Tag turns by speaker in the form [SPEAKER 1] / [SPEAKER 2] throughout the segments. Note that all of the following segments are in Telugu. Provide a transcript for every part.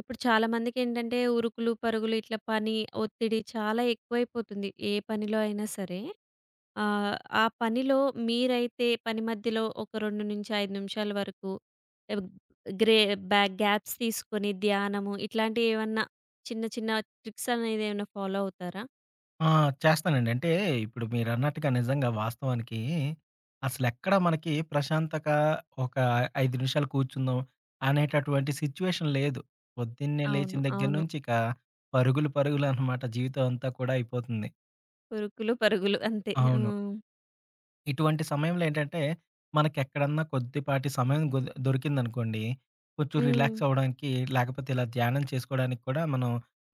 [SPEAKER 1] ఇప్పుడు చాలామందికేంటంటే ఉరుకులు, పరుగులు ఇట్లా పని, ఒత్తిడి చాలా ఎక్కువైపోతుంది. ఏ పనిలో అయినా సరే. ఆ పనిలో మీరైతే పని మధ్యలో ఒక 2-5 నిమిషాల వరకు ఎబ్ గ్రే బ్యాక్ గ్యాప్స్ తీసుకొని ధ్యానము ఇట్లాంటివి ఏమన్నా చిన్న చిన్న ట్రిక్స్ అనేది ఏమైనా ఫాలో అవుతారా?
[SPEAKER 2] ఆ! చేస్తానండి. ఇప్పుడు మీరన్నట్టుగా నిజంగా వాస్తవానికి అసలెక్కడ మనకి ప్రశాంతక ఒక 5 నిమిషాలు కూర్చుందాం అనేటటువంటి సిట్యుయేషన్ లేదు. పొద్దున్నే
[SPEAKER 1] అవును,
[SPEAKER 2] లేచిన దగ్గర
[SPEAKER 1] అవును.
[SPEAKER 2] నుంచి ఇక పరుగులు పరుగులనమాట జీవితం అంతా కూడా అయిపోతుంది.
[SPEAKER 1] ఉరుకులు, పరుగులు అంతే. ఆ!
[SPEAKER 2] అవును. ఇటువంటి సమయంలో ఏంటంటే, మనకెక్కడన్నా కొద్దిపాటి సమయం గొ దొరికిందనుకోండి, కొంచెం
[SPEAKER 1] హ్మ్.
[SPEAKER 2] రిలాక్స్ అవ్వడానికి, లేకపోతే ఇలా ధ్యానం చేసుకోవడానికి కూడా మనం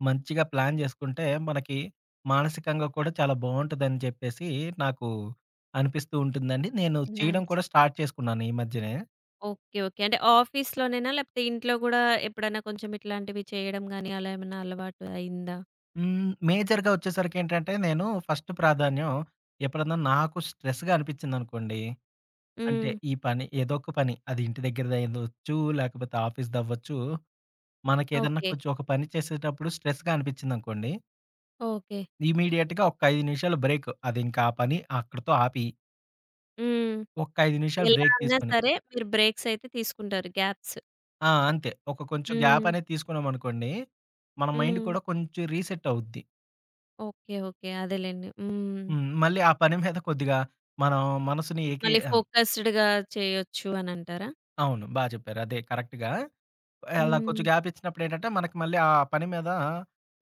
[SPEAKER 2] మంచిగా ప్లాన్ జేసుకుంటే, మనకి మానసికంగా కూడా చాలా బావుంటదని చెప్పేసి నాకు అనిపిస్తూ ఉంటుందండి. నేను చేయడం
[SPEAKER 1] నైస్.
[SPEAKER 2] కూడా స్టార్ట్ చేసుకున్నాను ఈ మధ్యనే.
[SPEAKER 1] Okay, okay. అంటే ఆఫీస్‌లోనేనా? లేకపోతే ఇంట్లో గూడా ఎప్పుడైనా కొంచెం ఇట్లాంటివి చేయడం గాని అలా ఏమన్నా అలవాటు అయిందా?
[SPEAKER 2] మేజర్‌గా వచ్చేసరికేంటంటే, నేను ఫస్ట్ ప్రాధాన్యం ఎప్పుడన్నా నాకు స్ట్రెస్‌గా అనిపిచ్చిందనుకోండి,
[SPEAKER 1] హ్మ్.
[SPEAKER 2] ఈ పని ఏదో ఒక పని, అది ఇంటి దగ్గరదయ్యుండొచ్చు, లేకపోతే ఆఫీస్‌దవ్వచ్చు మనకేదన్నా
[SPEAKER 1] ఓకే,
[SPEAKER 2] కొంచెం ఒక పని చేసేటప్పుడు స్ట్రెస్‌గా అనిపించిందనుకోండి,
[SPEAKER 1] ఓకే.
[SPEAKER 2] ఇమ్మీడియేట్‌గా ఒక్క 5 నిమిషాలు బ్రేక్. అదింకా ఆ పని అక్కడితో ఆపి,
[SPEAKER 1] హ్మ్.
[SPEAKER 2] ఒక్క 5 నిమిషాలు
[SPEAKER 1] ఎలా
[SPEAKER 2] బ్రేక్
[SPEAKER 1] అన్నా
[SPEAKER 2] తీసుకొని
[SPEAKER 1] సరే మీరు బ్రేక్స్ అయితే తీసుకుంటారు. గ్యాప్స్.
[SPEAKER 2] అంతే. ఒక కొంచెం గ్యాప్
[SPEAKER 1] హ్మ్.
[SPEAKER 2] అనేది తీసుకున్నామనుకోండి, మన మైండ్
[SPEAKER 1] హ్మ్.
[SPEAKER 2] కూడా కొంచెం రీసెట్ అవుద్ది.
[SPEAKER 1] ఓకే, ఓకే, అదేలెండి. హ్మ్.
[SPEAKER 2] హ్మ్. మళ్ళీ ఆ పని మీద కొద్దిగా మనం మనసుని ఏకీ
[SPEAKER 1] మళ్ళీ
[SPEAKER 2] ఆహ్,
[SPEAKER 1] ఫోకస్డ్‌గా చేయొచ్చు అనంటారా?
[SPEAKER 2] అవును. బా చెప్పారు. అదే కరెక్ట్‌గా. అలా
[SPEAKER 1] హ్మ్.
[SPEAKER 2] కొంచెం గ్యాప్ ఇచ్చినప్పుడేంటంటే, మనకి మళ్ళీ ఆ పని మీద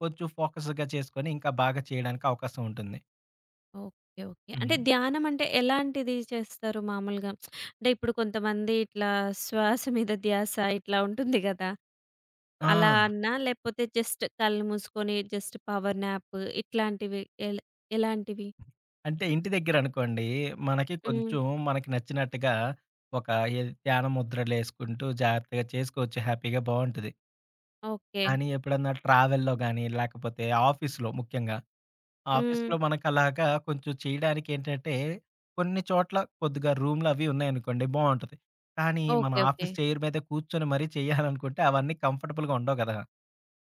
[SPEAKER 2] కొంచెం ఫోకస్‌గా చేసుకొని, ఇంకా బాగా చేయడానికి అవకాశం ఉంటుంది.
[SPEAKER 1] Okay, okay.
[SPEAKER 2] హ్మ్.
[SPEAKER 1] అంటే ధ్యానం అంటే ఎలాంటిది చేస్తారు మామూలుగా? అంటే ఇప్పుడు కొంతమంది ఇట్లా శ్వాస మీద ధ్యాస ఇట్లా ఉంటుంది గదా!
[SPEAKER 2] ఆ!
[SPEAKER 1] అలా అన్నా లేకపోతే జస్ట్ కళ్ళు మూసుకొని జస్ట్ పవర్ న్యాప్ ఇట్లాంటివి ఎల్ ఎలాంటివి?
[SPEAKER 2] అంటే ఇంటి దగ్గరనుకోండి, మనకి
[SPEAKER 1] హ్మ్.
[SPEAKER 2] కొంచెం మనకి నచ్చినట్టుగా ఒక ఏ ధ్యాన ముద్రలేసుకుంటూ జాగ్రత్తగా చేసుకోవచ్చు హ్యాపీగా బావుంటది.
[SPEAKER 1] ఓకే.
[SPEAKER 2] కానీ ఎప్పుడన్నా ట్రావెల్‌లో గానీ, లేకపోతే ఆఫీస్‌లో ముఖ్యంగా,
[SPEAKER 1] హ్మ్.
[SPEAKER 2] ఆఫీస్‌లో మనకలాగా కొంచెం చేయడానికేంటంటే, కొన్ని చోట్ల కొద్దిగా రూమ్‌లవి ఉన్నాయనుకోండి బావుంటది. కానీ మన
[SPEAKER 1] ఓకే, ఓకే.
[SPEAKER 2] ఆఫీస్ చైర్ మీద కూర్చొని మరీ చేయాలనుకుంటే అవన్నీ కంఫర్టబుల్‌గా ఉండవు కదా!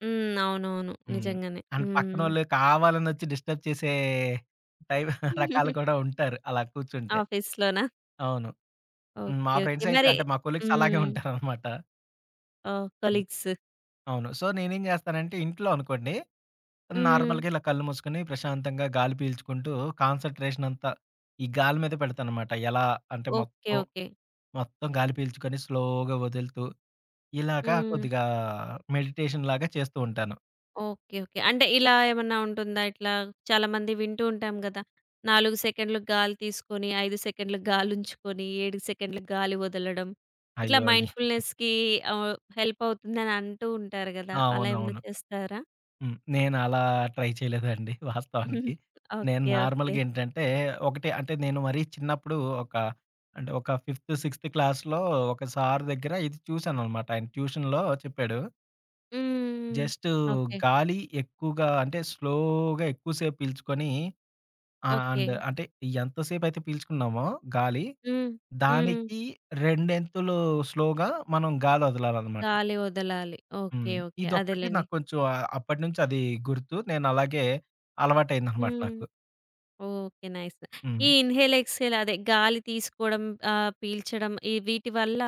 [SPEAKER 1] హ్మ్. అవునవును,
[SPEAKER 2] హ్మ్.
[SPEAKER 1] నిజంగానే.
[SPEAKER 2] అండ్
[SPEAKER 1] హ్మ్.
[SPEAKER 2] పక్కనోళ్ళు కావాలనొచ్చి డిస్టర్బ్ చేసే టైప్ రకాలు కూడా ఉంటారు అలా కూర్చుంటే.
[SPEAKER 1] ఆఫీస్‌లోనా?
[SPEAKER 2] అవును. హ్మ్. మా
[SPEAKER 1] ఓకే, ఓకే.
[SPEAKER 2] ఫ్రెండ్స్ అయితే
[SPEAKER 1] మరి
[SPEAKER 2] మా కొలీగ్స్ అలాగే
[SPEAKER 1] హ్మ్.
[SPEAKER 2] ఉంటారనమాట.
[SPEAKER 1] ఓహ్,
[SPEAKER 2] హ్మ్.
[SPEAKER 1] కొలీగ్స్.
[SPEAKER 2] అవును. సో, నేనేం జేస్తానంటే ఇంట్లో అనుకోండి,
[SPEAKER 1] హ్మ్.
[SPEAKER 2] నార్మల్‌గా ఇలా కళ్ళు మూసుకొని ప్రశాంతంగా గాలి పీల్చుకుంటూ కాన్సంట్రేషన్ అంతా ఈ గాలి మీద పెడతాననమాట. ఎలా అంటే
[SPEAKER 1] ఓకే,
[SPEAKER 2] మొత్తం,
[SPEAKER 1] ఓకే.
[SPEAKER 2] మొత్తం గాలి పీల్చుకొని స్లోగా వదులుతూ ఇలాగా
[SPEAKER 1] హ్మ్.
[SPEAKER 2] కొద్దిగా మెడిటేషన్ లాగా చేస్తూ ఉంటాను.
[SPEAKER 1] Okay, okay. అంటే ఇలా ఏమన్నా ఉంటుందా? ఇట్లా చాలామంది వింటూ ఉంటాం గదా! 4 సెకండ్లు గాలి తీసుకొని, 5 సెకండ్లు గాలుంచుకొని, 7 సెకండ్లు గాలి వదలడం. ఇట్లా
[SPEAKER 2] అయ్యో! ఈ
[SPEAKER 1] మైండ్‌ఫుల్‌నెస్‌కి హెల్ప్ అవుతుందని అంటూ ఉంటారు గదా! అలా ఏమైనా
[SPEAKER 2] అవునవును.
[SPEAKER 1] చేస్తారా?
[SPEAKER 2] హ్మ్. నేను అలా ట్రై చేయలేదండి వాస్తవానికి. నేను
[SPEAKER 1] ఓకే, ఓకే.
[SPEAKER 2] నార్మల్‌గా ఏంటంటే, ఒకటే అంటే నేను మరీ చిన్నప్పుడు ఒక ఒక ఫిఫ్త్, సిక్స్త్ క్లాస్‌లో ఒక సార్ దగ్గర ఇది చూశాననమాట. ఆయన ట్యూషన్‌లో చెప్పాడు.
[SPEAKER 1] హ్మ్.
[SPEAKER 2] జస్ట్
[SPEAKER 1] ఓకే,
[SPEAKER 2] గాలి ఎక్కువగా అంటే స్లోగా ఎక్కువ సేపు పీల్చుకొని ఆహ్,
[SPEAKER 1] ఓకే.
[SPEAKER 2] అండ్ అంటే ఎంత సేపయితే పీల్చుకున్నామో గాలి,
[SPEAKER 1] హ్మ్. హ్మ్.
[SPEAKER 2] దానికి రెండొంతులు స్లోగా మనం గాలి వదలాలనమాట.
[SPEAKER 1] గాలి వదలాలి.
[SPEAKER 2] హ్మ్.
[SPEAKER 1] ఓకే, ఓకే,
[SPEAKER 2] ఇదొక్కటి
[SPEAKER 1] అదేలెండి.
[SPEAKER 2] నాకు అప్పటినుంచి అది గుర్తు. నేను అలాగే అలవాటయిందనమాట
[SPEAKER 1] హ్మ్.
[SPEAKER 2] నాకు.
[SPEAKER 1] ఓకే. నైస్.
[SPEAKER 2] హ్మ్.
[SPEAKER 1] ఈ ఇన్‌హేల్, ఎక్స్‌హేల్ అదే గాలి తీసుకోవడం, పీల్చడం ఈ వీటి వల్ల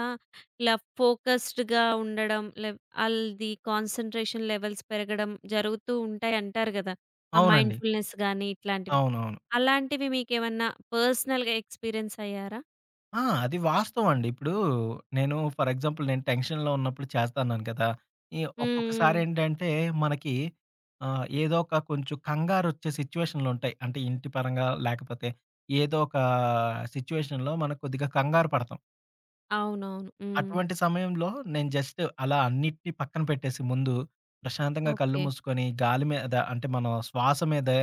[SPEAKER 1] ఇలా ఫోకస్డ్‌గా ఉండడం లే ఆళ్ళది కాన్సంట్రేషన్ లెవెల్స్ పెరగడం జరుగుతూ ఉంటాయి అంటారు గదా! ఆ
[SPEAKER 2] అవునండి.
[SPEAKER 1] మైండ్‌ఫుల్‌నెస్ గాని ఇట్లాంటివి.
[SPEAKER 2] అవునవును.
[SPEAKER 1] అలాంటివి మీకేమన్నా పర్సనల్‌గా ఎక్స్‌పీరియన్స్ అయ్యారా? హ్మ్.
[SPEAKER 2] ఆ! అది వాస్తవం అండి. ఇప్పుడు నేను ఫర్ ఎగ్జాంపుల్ నేను టెన్షన్‌లో ఉన్నప్పుడు చేస్తా అన్నాను కదా! ఈ
[SPEAKER 1] హ్మ్.
[SPEAKER 2] ఒక్కొక్కసారేంటంటే మనకి ఏదో ఒక కొంచెం కంగారొచ్చే సిట్యుయేషన్‌లుంటాయి. అంటే ఇంటి పరంగా లేకపోతే ఏదో ఒక సిట్యుయేషన్‌లో మనం కొద్దిగా కంగారు పడతాం.
[SPEAKER 1] అవునవును. హ్మ్.
[SPEAKER 2] అటువంటి సమయంలో నేను జస్ట్ అలా అన్నిటిని పక్కన పెట్టేసి ముందు ప్రశాంతంగా కళ్ళు
[SPEAKER 1] ఓకే.
[SPEAKER 2] మూసుకొని గాలి మీద అంటే మనం శ్వాస మీదే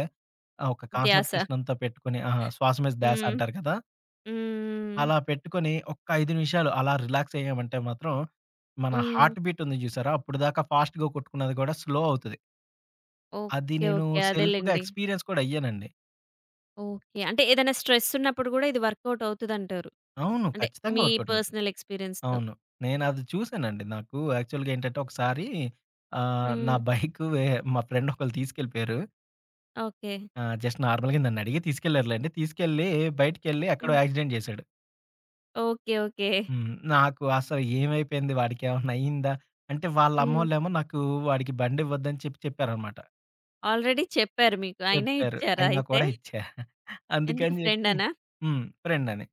[SPEAKER 2] ఒక
[SPEAKER 1] ధ్యాస.
[SPEAKER 2] కాన్సంట్రేషన్ అంతా పెట్టుకొని ఆహా! శ్వాస మీద ధ్యాస
[SPEAKER 1] హ్మ్.
[SPEAKER 2] అంటారు కదా!
[SPEAKER 1] హ్మ్. హ్మ్.
[SPEAKER 2] అలా పెట్టుకొని ఒక్క 5 నిమిషాలు అలా రిలాక్స్ అయ్యామంటే మాత్రం మన
[SPEAKER 1] హ్మ్.
[SPEAKER 2] హార్ట్ బీట్ ఉంది చూసారా? అప్పటిదాకా ఫాస్ట్‌గా కొట్టుకున్నది కూడా స్లో అవుతది. అది
[SPEAKER 1] ఓకే,
[SPEAKER 2] నేను
[SPEAKER 1] ఓకే,
[SPEAKER 2] సెల్ఫ్‌గా
[SPEAKER 1] అదేలెండి.
[SPEAKER 2] ఎక్స్‌పీరియన్స్ కూడా అయ్యానండి.
[SPEAKER 1] ఓకే. అంటే ఏదైనా స్ట్రెస్ ఉన్నప్పుడు గూడా ఇది వర్కౌట్ అవుతదంటారు.
[SPEAKER 2] అవును.
[SPEAKER 1] అంటే
[SPEAKER 2] ఖచ్చితంగా
[SPEAKER 1] మీ
[SPEAKER 2] వర్కౌట్ అవుతుంది.
[SPEAKER 1] పర్సనల్ ఎక్స్‌పీరియన్స్‌తో.
[SPEAKER 2] అవును. నేనది చూసానండి. నాకు యాక్చువల్‌గా ఏంటంటే ఒకసారి ఆహ్, నా
[SPEAKER 1] హ్మ్.
[SPEAKER 2] బైకు వే మా ఫ్రెండ్ ఒకళ్ళు తీసుకెళ్ళిపోయారు.
[SPEAKER 1] ఓకే.
[SPEAKER 2] జస్ట్ నార్మల్‌గా నన్నడిగి తీసుకెళ్లారులెండి. తీసుకెళ్ళి బయటికెళ్ళి ఎక్కడో
[SPEAKER 1] హ్మ్.
[SPEAKER 2] యాక్సిడెంట్ చేశాడు.
[SPEAKER 1] Okay, okay.
[SPEAKER 2] హ్మ్. నాకు అసలు ఏమైపోయింది? వాడికేమన్నా అయిందా? అంటే వాళ్ళ
[SPEAKER 1] హ్మ్.
[SPEAKER 2] అమ్మోళ్ళేమో వాడికి బండివ్వద్దని చెప్పారనమాట.
[SPEAKER 1] ఆల్రెడీ చెప్పారు మీకు. అయినా
[SPEAKER 2] చెప్పారు.
[SPEAKER 1] ఇచ్చారా
[SPEAKER 2] అయినా
[SPEAKER 1] అయితే?
[SPEAKER 2] కూడా ఇచ్చా.
[SPEAKER 1] ఎందుకు
[SPEAKER 2] అందుకని చెప్పి
[SPEAKER 1] ఫ్రెండనా?
[SPEAKER 2] హ్మ్. ఫ్రెండని.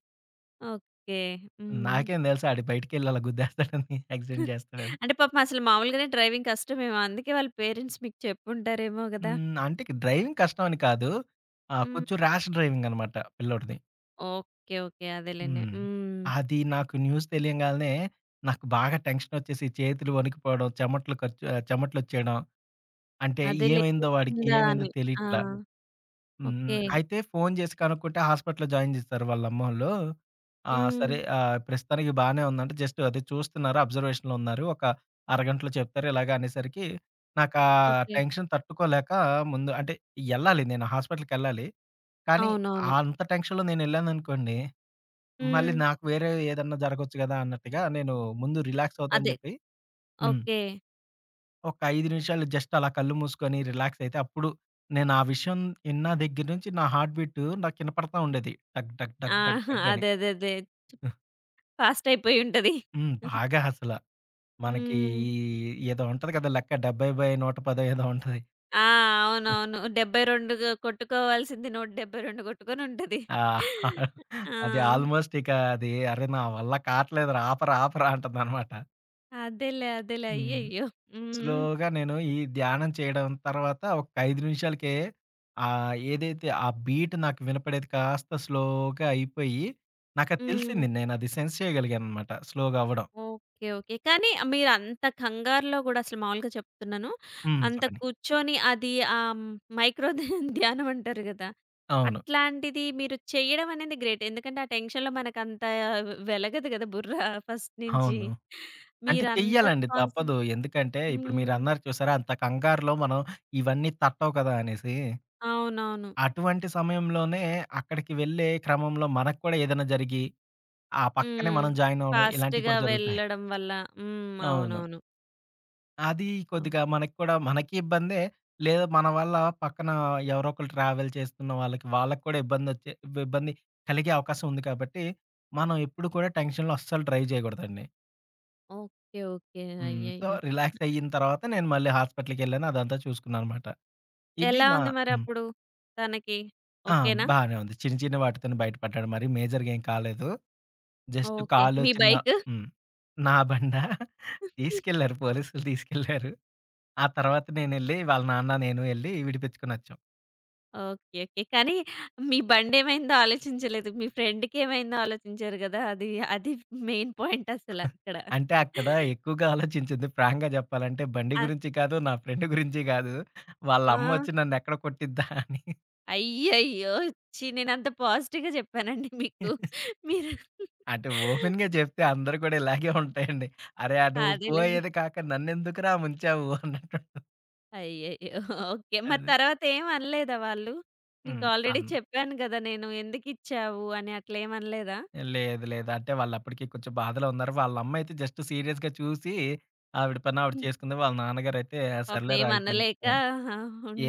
[SPEAKER 1] ఓకే. హ్మ్.
[SPEAKER 2] నాకేం తెలుసు ఆడు బయటికెళ్ళి అలా గుద్దేస్తాడని, యాక్సిడెంట్ చేస్తాడని.
[SPEAKER 1] అంటే పాపం అసలు మామూలుగానే డ్రైవింగ్ కష్టమేమో. అందుకే వాళ్ళ పేరెంట్స్ మీకు చెప్పుంటారేమో గదా!
[SPEAKER 2] హ్మ్. అంటే ఇక డ్రైవింగ్ కష్టం అని కాదు.
[SPEAKER 1] హ్మ్.
[SPEAKER 2] కొంచెం ర్యాష్ డ్రైవింగ్ అనమాట పిల్లోడిది.
[SPEAKER 1] ఓకే, ఓకే, అదేలెండి.
[SPEAKER 2] హ్మ్.
[SPEAKER 1] హ్మ్.
[SPEAKER 2] అది నాకు న్యూస్ తెలియంగాల్నే నాకు బాగా టెన్షనొచ్చేసి చేతులు వణికిపోవడం, చెమట్లు ఖర్చు చెమటలొచ్చేయడం. అంటే
[SPEAKER 1] అదేలే
[SPEAKER 2] ఏమైందో
[SPEAKER 1] ఉందా
[SPEAKER 2] ఏమైందో
[SPEAKER 1] అని. ఆ!
[SPEAKER 2] తెలియట్ల. హ్మ్.
[SPEAKER 1] ఓకే.
[SPEAKER 2] అయితే ఫోను జేసి కనుక్కుంటే హాస్పిటల్‌లో జాయిన్ జేశారు వాళ్ళమ్మోళ్ళు. ఆ!
[SPEAKER 1] హ్మ్.
[SPEAKER 2] సరే ప్రస్తుతానికి బానే ఉందంటే జస్ట్ అదే చూస్తున్నారు. అబ్జర్వేషన్‌లో ఉన్నారు. ఒక అరగంటలో చెప్తారు ఇలాగ అనేసరికి నాకా
[SPEAKER 1] ఓకే.
[SPEAKER 2] టెన్షన్ తట్టుకోలేక ముందు అంటే ఎళ్ళాలి నేను హాస్పిటల్‌కెళ్ళాలి. కానీ
[SPEAKER 1] అవునవును.
[SPEAKER 2] అంత టెన్షన్‌లో నేనెళ్ళాననుకోండి, మళ్ళీ
[SPEAKER 1] హ్మ్.
[SPEAKER 2] నాకు వేరే ఏదన్నా జరగొచ్చు గదా! అన్నట్టుగా నేను ముందు రిలాక్స్ అవుతా అని
[SPEAKER 1] అదే.
[SPEAKER 2] జెప్పి హ్మ్.
[SPEAKER 1] ఓకే.
[SPEAKER 2] ఒక 5 నిమిషాలు జస్ట్ అలా కళ్ళు మూసుకొని రిలాక్స్ అయితే అప్పుడు నేను ఆ విషయం విన్న దగ్గర నుంచి నా హార్ట్ బీట్ నాకు వినపడతా ఉండేది. టక్ టక్ టక్ టక్
[SPEAKER 1] ఆహా!
[SPEAKER 2] టక్ అని.
[SPEAKER 1] అదే, అదే, అదే. ఫాస్ట్ అయిపోయి ఉంటది.
[SPEAKER 2] హ్మ్. బాగా అసల. మనకి
[SPEAKER 1] హ్మ్.
[SPEAKER 2] ఏదో ఉంటది కదా! లెక్క 70/110 ఏదో ఉంటది.
[SPEAKER 1] ఆ! అవునవును. 72 గ కొట్టుకోవాల్సింది 172 కొట్టుకొని ఉంటది.
[SPEAKER 2] ఆ!
[SPEAKER 1] ఆ!
[SPEAKER 2] అది ఆల్మోస్ట్ ఇక అది అరే! నా వల్ల కాట్లేదురా ఆపరా ఆపరా అంటదనమాట.
[SPEAKER 1] అదేలే, అదేలే,
[SPEAKER 2] హ్మ్.
[SPEAKER 1] అయ్యయ్యో! హ్మ్.
[SPEAKER 2] స్లోగా నేను ఈ ధ్యానం చేయడం తర్వాత ఒక 5 నిమిషాలకే ఏదైతే ఆ బీట్ నాకు వినపడేది కాస్త స్లోగా అయిపోయి, నాకది
[SPEAKER 1] హ్మ్.
[SPEAKER 2] తెలిసింది. నేనది సెన్స్ చేయగలిగాననమాట స్లోగా అవ్వడం.
[SPEAKER 1] Okay, okay. కానీ మీరంత కంగారులో గూడా అసలు మామూలుగా చెప్తున్నాను.
[SPEAKER 2] హ్మ్.
[SPEAKER 1] అంత
[SPEAKER 2] చెప్పండి.
[SPEAKER 1] కూర్చొని అది మైక్రో ధ్యానం అంటారు గదా!
[SPEAKER 2] అవును.
[SPEAKER 1] అట్లాంటిది మీరు చేయడం అనేది గ్రేట్. ఎందుకంటే ఆ టెన్షన్‌లో మనకంత వెలగదు గదా! బుర్ర ఫస్ట్ నుంచి.
[SPEAKER 2] అవును. అంటే
[SPEAKER 1] మీరంత
[SPEAKER 2] చెయ్యాలండి
[SPEAKER 1] కాన్సన్
[SPEAKER 2] తప్పదు. ఎందుకంటే ఇప్పుడు
[SPEAKER 1] హ్మ్.
[SPEAKER 2] మీరన్నారు చూసారా? అంత కంగారులో మనం ఇవన్నీ తట్టవు కదా! అనేసి.
[SPEAKER 1] అవునవును.
[SPEAKER 2] అటువంటి సమయంలోనే అక్కడికి వెళ్ళే క్రమంలో మనకు కూడా ఏదైనా జరిగి, ఆ పక్కనే
[SPEAKER 1] హ్మ్.
[SPEAKER 2] మనం జాయిన్ అవ్వడం ఇలాంటివి
[SPEAKER 1] ఫాస్ట్‌గా
[SPEAKER 2] కూడా జరుగుతాయి.
[SPEAKER 1] వెళ్ళడం వల్ల. హ్మ్.
[SPEAKER 2] అవును.
[SPEAKER 1] అవునవును.
[SPEAKER 2] అది
[SPEAKER 1] అవును.
[SPEAKER 2] కొద్దిగా మనకి కూడా మనకి ఇబ్బందే. లేదా మన వల్ల పక్కన ఎవరో ఒకళ్ళు ట్రావెల్ చేస్తున్న వాళ్ళకి కూడా ఇబ్బందొచ్చే ఇబ్బంది కలిగే అవకాశం ఉంది కాబట్టి, మనం ఎప్పుడు కూడా టెన్షన్‌లో అస్సలు డ్రైవ్ చేయకూడదండి.
[SPEAKER 1] Okay, okay.
[SPEAKER 2] హ్మ్. సో,
[SPEAKER 1] అయ్యయ్యో!
[SPEAKER 2] రిలాక్స్ అయిన తర్వాత నేను మళ్ళీ హాస్పిటల్‌కెళ్ళాను. అదంతా చూసుకున్నాననమాట. ఇది
[SPEAKER 1] ఎలా
[SPEAKER 2] నా
[SPEAKER 1] ఉంది
[SPEAKER 2] హ్మ్.
[SPEAKER 1] మరప్పుడు తనకి?
[SPEAKER 2] ఆ!
[SPEAKER 1] ఓకేనా?
[SPEAKER 2] బానే ఉంది. చిన్న చిన్న వాటితోనే బయటపడ్డాను. మరి మేజర్‌గా ఏం కాలేదు. Just
[SPEAKER 1] okay.
[SPEAKER 2] కాలు
[SPEAKER 1] మీ
[SPEAKER 2] చిన్న
[SPEAKER 1] బైక్.
[SPEAKER 2] హ్మ్. నా తీసుకెళ్లారు తీసుకెళ్లారు. ఆ తర్వాత నేను ఎళ్లి విడిపించుకొనొచ్చాం.
[SPEAKER 1] Okay, okay. కానీ మీ బండేమైందో ఆలోచించలేదు. మీ ఫ్రెండ్‌కేమైందో ఆలోచించారు గదా! అది అది మెయిన్ పాయింట్ అసల ఇక్కడ.
[SPEAKER 2] అంటే అక్కడ ఎక్కువగా ఆలోచించింది ఫ్రాంక్‌గా చెప్పాలంటే బండి
[SPEAKER 1] ఆ!
[SPEAKER 2] గురించి కాదు, నా ఫ్రెండ్ గురించి కాదు. వాళ్ళ
[SPEAKER 1] ఆ!
[SPEAKER 2] అమ్మొచ్చి నన్ను ఎక్కడ కొట్టిద్దా అని.
[SPEAKER 1] అయ్యయ్యో! ఛీ! నేనంత పాజిటివ్‌గా చెప్పానండి మీకు. మీరు
[SPEAKER 2] అంటే ఓపెన్‌గా చెప్తే అందరూ కూడా ఇలాగే ఉంటాయండి. "అరే! నువ్వు
[SPEAKER 1] అదేలెండి.
[SPEAKER 2] పోయేది కాక నన్నెందుకురా ముంచావు" అన్నట్టు
[SPEAKER 1] అయ్యయ్యో! ఓకే. మరి
[SPEAKER 2] ఉంటది.
[SPEAKER 1] తర్వాత ఏం అనలేదా వాళ్ళు? నీకు
[SPEAKER 2] హ్మ్.
[SPEAKER 1] ఆల్రెడీ
[SPEAKER 2] అన్
[SPEAKER 1] చెప్పాను గదా! నేను ఎందుకిచ్చావు అని అట్లేమనలేదా?
[SPEAKER 2] లేదు లేదు. అంటే వాళ్ళప్పటికి కొంచెం బాధలో ఉన్నారు. వాళ్ళ అమ్మయితే జస్ట్ సీరియస్‌గా చూసి ఆవిడ పని ఆవిడ
[SPEAKER 1] హ్మ్.
[SPEAKER 2] చేసుకుంది. వాళ్ళ నాన్నగారైతే
[SPEAKER 1] పాపం
[SPEAKER 2] సర్లేరా అయిపోయింది.
[SPEAKER 1] ఏమనలేక
[SPEAKER 2] ఆ!
[SPEAKER 1] ఆహా!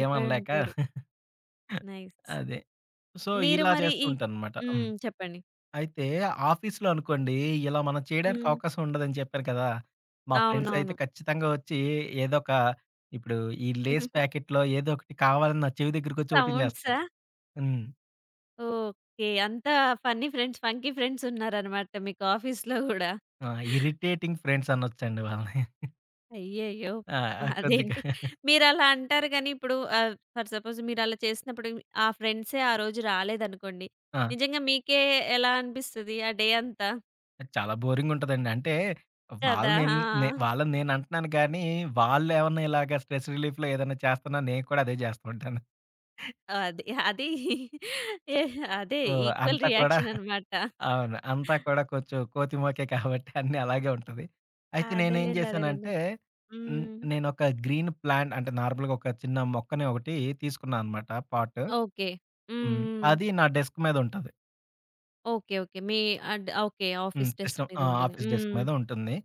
[SPEAKER 2] ఏమనలేక
[SPEAKER 1] నైస్.
[SPEAKER 2] అదే. సో,
[SPEAKER 1] మీరు
[SPEAKER 2] ఇలా
[SPEAKER 1] మరి
[SPEAKER 2] చేస్తూ
[SPEAKER 1] ఈ
[SPEAKER 2] ఉంటానన్నమాట. హ్మ్.
[SPEAKER 1] హ్మ్. చెప్పండి.
[SPEAKER 2] అయితే ఆఫీస్‌లో అనుకోండి, ఇలా మనం చేయడానికి
[SPEAKER 1] హ్మ్.
[SPEAKER 2] అవకాశం ఉండదని చెప్పాను కదా! మా ఫ్రెండ్స్ అయితే
[SPEAKER 1] అవునవును.
[SPEAKER 2] ఖచ్చితంగా వచ్చి ఏదో ఒక ఇప్పుడు ఈ లేస్ ప్యాకెట్‌లో ఏదో ఒకటి కావాలని నా చెవి దగ్గరికొచ్చి ఓపెన్ చేస్తారు.
[SPEAKER 1] సౌండ్సా?
[SPEAKER 2] హ్మ్.
[SPEAKER 1] ఓకే. అంత ఫన్నీ ఫ్రెండ్స్, ఫంకీ ఫ్రెండ్స్ ఉన్నారనమాట మీకు ఆఫీస్‌లో గూడా.
[SPEAKER 2] ఆ! ఇరిటేటింగ్ ఫ్రెండ్స్ అనొచ్చండి వాళ్ళని.
[SPEAKER 1] అయ్యయ్యో!
[SPEAKER 2] ఆ! ఆ! కొద్దిగా
[SPEAKER 1] అదేంటి మీరలా అంటారు గానీ, ఇప్పుడు ఫర్ సపోజ్ మీరలా చేసినప్పుడు ఆ ఫ్రెండ్సే ఆ రోజు రాలేదనుకోండి.
[SPEAKER 2] ఆ!
[SPEAKER 1] నిజంగా మీకే ఎలా అనిపిస్తది ఆ డే అంతా?
[SPEAKER 2] చాలా బోరింగ్ ఉంటదండి. అంటే
[SPEAKER 1] కదా! ఆ!
[SPEAKER 2] వాళ్ళని నేను అంటున్నాను కానీ, వాళ్ళేమన్నా ఇలాగ స్ట్రెస్ రిలీఫ్‌లో ఏదైనా చేస్తున్నా నేను కూడా అదే చేస్తూ ఉంటాను.
[SPEAKER 1] అది. అది ఏ అదే
[SPEAKER 2] సో,
[SPEAKER 1] ఈక్వల్
[SPEAKER 2] అంతా కూడా
[SPEAKER 1] రియాక్షన్ అనమాట.
[SPEAKER 2] అవును. అంతా కూడా కొంచెం కోతి మొకే కాబట్టి అన్నీ అలాగే ఉంటది. అయితే నేనేం
[SPEAKER 1] అదేలెండి, అదేలెండి.
[SPEAKER 2] జేశానంటే, హ్మ్.
[SPEAKER 1] హ్మ్.
[SPEAKER 2] నేనొక గ్రీన్ ప్లాంట్ అంటే నార్మల్‌గా ఒక చిన్న మొక్కని ఒకటి తీసుకున్నా అనమాట పాట్.
[SPEAKER 1] ఓకే. హ్మ్.
[SPEAKER 2] హ్మ్.
[SPEAKER 1] హ్మ్.
[SPEAKER 2] అది నా డెస్క్ మీద ఉంటది.
[SPEAKER 1] Okay, okay. మీ ఓకే.
[SPEAKER 2] హ్మ్.
[SPEAKER 1] ఆఫీస్ డెస్క్
[SPEAKER 2] సిస్టమ్
[SPEAKER 1] మీద
[SPEAKER 2] ఆ!
[SPEAKER 1] ఉంటుంది.
[SPEAKER 2] ఆఫీస్ డెస్క్
[SPEAKER 1] హ్మ్.
[SPEAKER 2] మీద ఉంటుంది.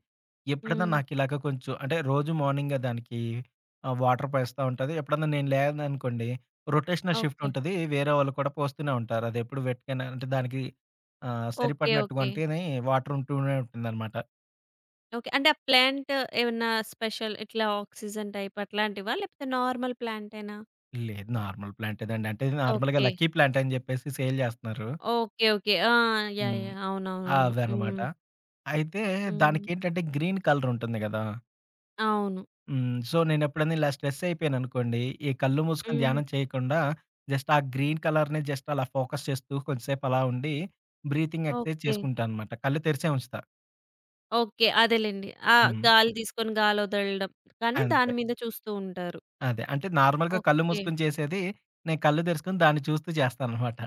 [SPEAKER 2] ఎప్పుడన్నా
[SPEAKER 1] హ్మ్.
[SPEAKER 2] నాకిలాగ కొంచెం అంటే రోజు మార్నింగ్ దానికి వాటర్ పోస్తా ఉంటది. ఎప్పుడన్నా నేను లేదనుకోండి రొటేషనల్ షిఫ్ట్
[SPEAKER 1] ఓకే,
[SPEAKER 2] ఉంటది. వేరే వాళ్ళు కూడా పోస్తూనే ఉంటారు. అదెప్పుడు వెట్‌గానే అంటే దానికి ఆహ్,
[SPEAKER 1] ఓకే,
[SPEAKER 2] సరిపడినట్టుగా
[SPEAKER 1] ఓకే,
[SPEAKER 2] అంటేనే వాటర్ ఉంటూనే ఉంటుందనమాట.
[SPEAKER 1] ఓకే. అంటే ఆ ప్లాంట్ ఏమన్నా స్పెషల్ ఇట్లా ఆక్సిజన్ టైప్ అట్లాంటివా? లేకపోతే నార్మల్ ప్లాంటేనా?
[SPEAKER 2] లేదు. నార్మల్ ప్లాంటేనండి. అంటే నార్మల్‌గా
[SPEAKER 1] ఓకే,
[SPEAKER 2] లక్కీ ప్లాంట్ అని జెప్పేసి సేల్ జేస్తున్నారు.
[SPEAKER 1] Okay, okay. ఆ! యాహ్,
[SPEAKER 2] హ్మ్.
[SPEAKER 1] యాహ్, అవునవునవును.
[SPEAKER 2] అవన్నమాట.
[SPEAKER 1] హ్మ్.
[SPEAKER 2] అయితే
[SPEAKER 1] హ్మ్.
[SPEAKER 2] దానికేంటంటే గ్రీన్ కలర్ ఉంటుంది గదా!
[SPEAKER 1] అవును.
[SPEAKER 2] హ్మ్. సో, నేనెప్పుడైనా ఇలా స్ట్రెస్ అయిపోయాననుకోండి, ఈ కళ్ళు మూసుకొని
[SPEAKER 1] హ్మ్.
[SPEAKER 2] ధ్యానం చేయకుండా జస్ట్ ఆ గ్రీన్ కలర్‌ని జస్ట్ అలా ఫోకస్ చేస్తూ కొంతసేపు అలా ఉండి బ్రీతింగ్ ఎక్సర్సైజ్
[SPEAKER 1] ఓకే,
[SPEAKER 2] చేసుకుంటా అనమాట. కళ్ళు తెరిసే ఉంచుతా.
[SPEAKER 1] ఓకే, అదేలెండి. ఆ
[SPEAKER 2] హ్మ్.
[SPEAKER 1] గాలి తీసుకొని గాలి వదలడం. కానీ
[SPEAKER 2] అంతే.
[SPEAKER 1] దాని మీద చూస్తూ ఉంటారు.
[SPEAKER 2] అదే. అంటే నార్మల్‌గా కళ్ళు
[SPEAKER 1] ఓకే,
[SPEAKER 2] మూసుకొని చేసేది, నేను కళ్ళు తెరుసుకొని దాన్ని చూస్తూ చేస్తాననమాట.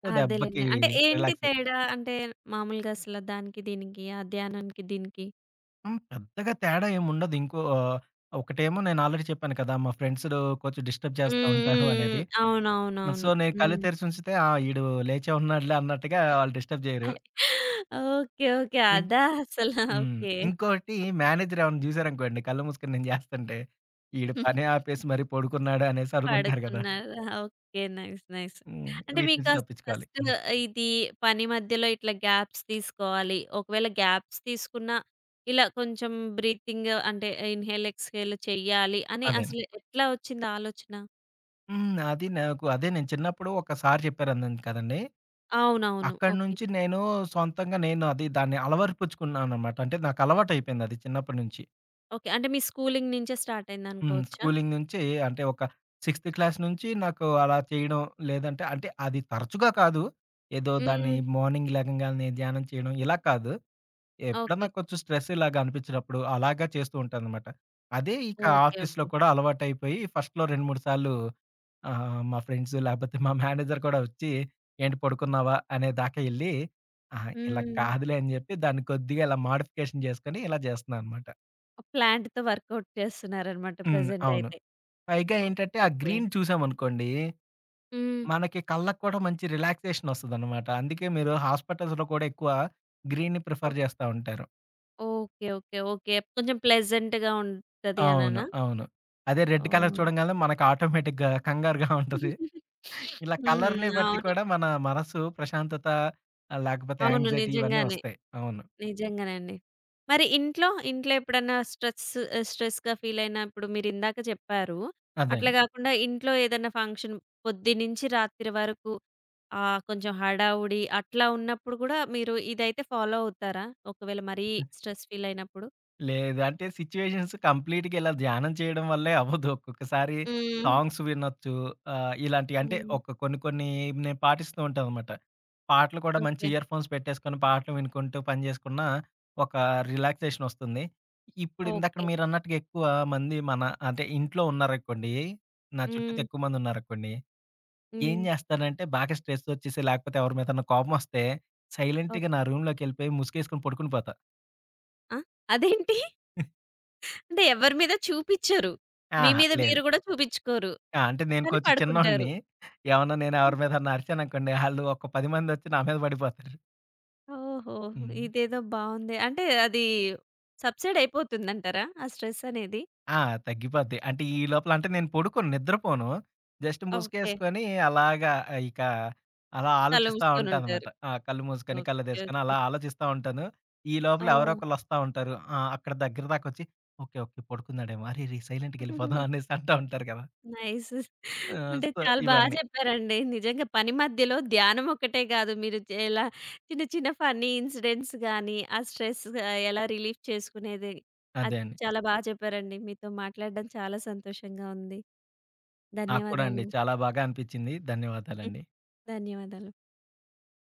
[SPEAKER 2] సో, దెబ్బకి
[SPEAKER 1] అదేలెండి. అంటే ఏంటి
[SPEAKER 2] రిలాక్స్
[SPEAKER 1] తేడా? అంటే మామూలుగా అసల దానికి దీనికి, ఆ ధ్యానానికి దీనికి?
[SPEAKER 2] హ్మ్. పెద్దగా తేడా ఏముండదు. ఒకటేమో నేను ఆల్రెడీ చెప్పాను కదా! మా ఫ్రెండ్స్ కొంచెం డిస్టర్బ్
[SPEAKER 1] హ్మ్.
[SPEAKER 2] చేస్తా ఉంటారు
[SPEAKER 1] హ్మ్.
[SPEAKER 2] అనేది. సో,
[SPEAKER 1] అవునవునవును.
[SPEAKER 2] నేను కళ్ళు
[SPEAKER 1] హ్మ్.
[SPEAKER 2] తెరిచి ఉంచితే ఆ! ఈడు లేచే ఉన్నాడులే అన్నట్టుగా వాళ్ళు డిస్టర్బ్ చేయరు.
[SPEAKER 1] Okay, okay.
[SPEAKER 2] ఇం
[SPEAKER 1] అదా అసల.
[SPEAKER 2] హ్మ్.
[SPEAKER 1] ఓకే.
[SPEAKER 2] ఇంకోటి మేనేజర్ ఏమన్నా చూసారనుకోండి కళ్ళు మూసుకొని నేను చేస్తుంటే, ఈడు పని ఆపేసి మరి పడుకున్నాడు అనేసి అనుకుంటారు కదా!
[SPEAKER 1] పడుకున్నారా? ఓకే. Nice, nice.
[SPEAKER 2] హ్మ్.
[SPEAKER 1] అంటే
[SPEAKER 2] వీటి నుంచి
[SPEAKER 1] మీకసలు
[SPEAKER 2] తప్పించుకోవాలి.
[SPEAKER 1] ఫస్ట్
[SPEAKER 2] హ్మ్.
[SPEAKER 1] ఇది పని మధ్యలో ఇట్లా గ్యాప్స్ తీసుకోవాలి. ఒకవేళ గ్యాప్స్ తీసుకున్నా ఇలా కొంచెం బ్రీతింగ్ అంటే ఇన్‌హేల్, ఎక్స్‌హేల్ చెయ్యాలి అని
[SPEAKER 2] అదే.
[SPEAKER 1] అసలు ఎట్లా వచ్చింది ఆలోచన?
[SPEAKER 2] హ్మ్. అది నాకు అదే నేను చిన్నప్పుడు ఒక సార్ చెప్పారన్నాను కదండీ!
[SPEAKER 1] అవునవును.
[SPEAKER 2] అక్కడి
[SPEAKER 1] ఓకే,
[SPEAKER 2] నుంచి నేను దాన్ని అలవరపరుచుకున్నాననమాట. అంటే నాకు అలవాటయిపోయింది అది చిన్నప్పటి నుంచి.
[SPEAKER 1] ఓకే. అంటే మీ స్కూలింగ్ నుంచే స్టార్ట్
[SPEAKER 2] హ్మ్.
[SPEAKER 1] అయిందనుకోవచ్చా?
[SPEAKER 2] స్కూలింగ్ నుంచి అంటే ఒక సిక్స్త్ క్లాస్ నుంచి నాకు అలా చేయడం లేదంటే అంటే అది తరచుగా కాదు. ఏదో దాన్ని
[SPEAKER 1] హ్మ్.
[SPEAKER 2] మార్నింగ్ లెగంగాల్నే ధ్యానం చేయడం ఇలా కాదు. ఎప్పుడన్నా
[SPEAKER 1] ఓకే,
[SPEAKER 2] కొంచెం స్ట్రెస్ ఇలాగ అనిపించినప్పుడు అలాగా చేస్తూ ఉంటాననమాట. అదే ఇక
[SPEAKER 1] ఓకే,
[SPEAKER 2] ఆఫీస్‌లో
[SPEAKER 1] ఓకే.
[SPEAKER 2] కూడా అలవాటయిపోయి ఫస్ట్‌లో 2, 3 సార్లు ఆహా! మా ఫ్రెండ్స్ లేపోతే మా మేనేజర్ కూడా వచ్చి, "ఏంటి పడుకున్నావా?" అనే దాకా ఎళ్లి, ఆహా! ఇలా
[SPEAKER 1] హ్మ్.
[SPEAKER 2] కాదులే అని చెప్పి దాన్ని కొద్దిగా ఇలా మోడిఫికేషన్ చేసుకొని ఇలా చేస్తున్నాననమాట.
[SPEAKER 1] ప్లాన్డ్‌తో వర్కౌట్ చేస్తున్నారనమాట
[SPEAKER 2] హ్మ్.
[SPEAKER 1] ప్రెజెంట్
[SPEAKER 2] అవును.
[SPEAKER 1] అయితే.
[SPEAKER 2] పైగా ఏంటంటే ఆ
[SPEAKER 1] ఓకే.
[SPEAKER 2] గ్రీన్ చూసామనుకోండి,
[SPEAKER 1] హ్మ్.
[SPEAKER 2] మనకి కళ్ళకి కూడా మంచి రిలాక్సేషన్ వస్తదనమాట. అందుకే మీరు హాస్పిటల్స్‌లో కూడా ఎక్కువ గ్రీన్‌ని ప్రిఫర్
[SPEAKER 1] ఓహ్!
[SPEAKER 2] చేస్తా ఉంటారు.
[SPEAKER 1] Okay, okay, okay. కొంచెం ప్లెజెంట్‌గా ఉంటది
[SPEAKER 2] అవును.
[SPEAKER 1] అననా?
[SPEAKER 2] అవును. అదే రెడ్ కలర్
[SPEAKER 1] అవును.
[SPEAKER 2] చూడంగానే మనకు ఆటోమేటిక్‌గా కంగారుగా ఉంటది. ఇలా
[SPEAKER 1] హ్మ్.
[SPEAKER 2] కలర్‌ని బట్టి
[SPEAKER 1] అవును.
[SPEAKER 2] కూడా మన మనసు ప్రశాంతత లేకపోతే
[SPEAKER 1] అవును,
[SPEAKER 2] యాంక్సైటీ ఇవన్నీ
[SPEAKER 1] నిజంగానే.
[SPEAKER 2] వస్తాయి. అవును.
[SPEAKER 1] నిజంగానే అండి. మరి ఇంట్లో, ఇంట్లో ఎప్పుడన్నా స్ట్రెస్ స్ట్రెస్‌గా ఫీల్ అయినా ఇప్పుడు మీరిందాక చెప్పారు.
[SPEAKER 2] అదే
[SPEAKER 1] అట్లా
[SPEAKER 2] అండి.
[SPEAKER 1] గాకుండా ఇంట్లో ఏదైనా ఫంక్షన్ పొద్దున్నుంచి రాత్రి వరకు ఆ! కొంచెం హడావుడి అట్లా ఉన్నప్పుడు కూడా మీరు ఇదైతే ఫాలో అవుతారా? ఒకవేళ మరీ స్ట్రెస్ ఫీల్ అయినప్పుడు?
[SPEAKER 2] లేదు అంటే సిట్యుయేషన్స్ కంప్లీట్‌గా ఇలా ధ్యానం చేయడం వల్లే అవ్వదు. ఒక్కొక్కసారి
[SPEAKER 1] హ్మ్.
[SPEAKER 2] సాంగ్స్ వినొచ్చు. ఆహ్, ఇలాంటివి అంటే
[SPEAKER 1] హ్మ్.
[SPEAKER 2] ఒక కొన్ని కొన్ని నేను పాటిస్తూ ఉంటాననమాట. పాటలు కూడా మంచి
[SPEAKER 1] ఓకే,
[SPEAKER 2] ఇయర్ ఫోన్స్ పెట్టేసుకొని పాటలు వినుకుంటూ పని చేసుకున్న ఒక రిలాక్సేషన్ వస్తుంది. ఇప్పుడు ఇందాక
[SPEAKER 1] ఓకే.
[SPEAKER 2] మీరన్నట్టుగా ఎక్కువ మంది మన అంటే ఇంట్లో ఉన్నారనుకోండి, నా చుట్టూతో
[SPEAKER 1] హ్మ్.
[SPEAKER 2] ఎక్కువ మంది ఉన్నారనుకోండి ఏం
[SPEAKER 1] హ్మ్.
[SPEAKER 2] జేస్తానంటే, బాగా స్ట్రెస్సొచ్చేసి, లేకపోతే ఎవరి మీదన్నా కోపమొస్తే,
[SPEAKER 1] ఓహ్!
[SPEAKER 2] సైలెంట్‌గా నా రూమ్‌లోకెళ్ళిపోయి, ముసుగేసుకొని పడుకుని పోతా.
[SPEAKER 1] ఆ! అదేంటి? అంటే ఎవరి మీద చూపిచ్చరు. మీ
[SPEAKER 2] అహా!
[SPEAKER 1] మీద
[SPEAKER 2] లేదు.
[SPEAKER 1] మీరు కూడా చూపిచ్చుకోరు.
[SPEAKER 2] ఆ! అంటే, నేను
[SPEAKER 1] కానీ
[SPEAKER 2] కొంచెం చిన్నోడిని.
[SPEAKER 1] పడుకుంటారు.
[SPEAKER 2] ఏమన్నా నేను ఎవరి మీదన్నా అరిచాననుకోండి, ఆళ్ళు ఒక 10 మందొచ్చి నా మీద పడిపోతారు.
[SPEAKER 1] ఓహో!
[SPEAKER 2] హ్మ్.
[SPEAKER 1] ఇదేదో బావుంది. అంటే అది సబ్సైడ్ అయిపోతుందంటారా? ఆ స్ట్రెస్ అనేది?
[SPEAKER 2] ఆ! తగ్గిపోద్ది. అంటే ఈ లోపల అంటే నేను పడుకోను, నిద్రపోను. Just
[SPEAKER 1] okay.
[SPEAKER 2] ముసుగేసుకొని అలాగా ఇక అలా
[SPEAKER 1] కళ్ళు
[SPEAKER 2] ఆలోచిస్తా ఉంటానన్నమాట.
[SPEAKER 1] మూసుకొనుంటారు.
[SPEAKER 2] ఆ! కళ్ళు మూసుకొని,
[SPEAKER 1] ఓకే,
[SPEAKER 2] కళ్ళుదేసుకొని
[SPEAKER 1] ఓకే.
[SPEAKER 2] అలా ఆలోచిస్తా ఉంటాను. ఈ లోపల ఎవరో ఒకళ్ళొస్తా ఉంటారు. ఆ! అక్కడ దగ్గర దాకొచ్చి ఓకే. ఓకే. పడుకున్నాడేమో. అరెరే! సైలెంట్‌గెళ్ళిపోదాం
[SPEAKER 1] ఓహ్!
[SPEAKER 2] అనేసి అంటా ఉంటారు కదా!
[SPEAKER 1] నైస్.
[SPEAKER 2] ఆ!
[SPEAKER 1] అంటే
[SPEAKER 2] సో,
[SPEAKER 1] చాలా బాగా
[SPEAKER 2] ఇవన్నీ.
[SPEAKER 1] చెప్పారండి. నిజంగా పని మధ్యలో ధ్యానం ఒక్కటే గాదు. మీరు ఎలా చిన్న చిన్న ఫన్నీ ఇన్సిడెంట్స్ గానీ, ఆ స్ట్రెస్ ఎలా రిలీఫ్ చేసుకునేది
[SPEAKER 2] అదే
[SPEAKER 1] అది
[SPEAKER 2] అండి.
[SPEAKER 1] చాలా బా చెప్పారండి. మీతో మాట్లాడడం చాలా సంతోషంగా ఉంది.
[SPEAKER 2] నాకు కూడా
[SPEAKER 1] ధన్యవాదాలు.
[SPEAKER 2] అండి చాలా బాగా అనిపించింది. ధన్యవాదాలండి.
[SPEAKER 1] ధన్యవాదాలు.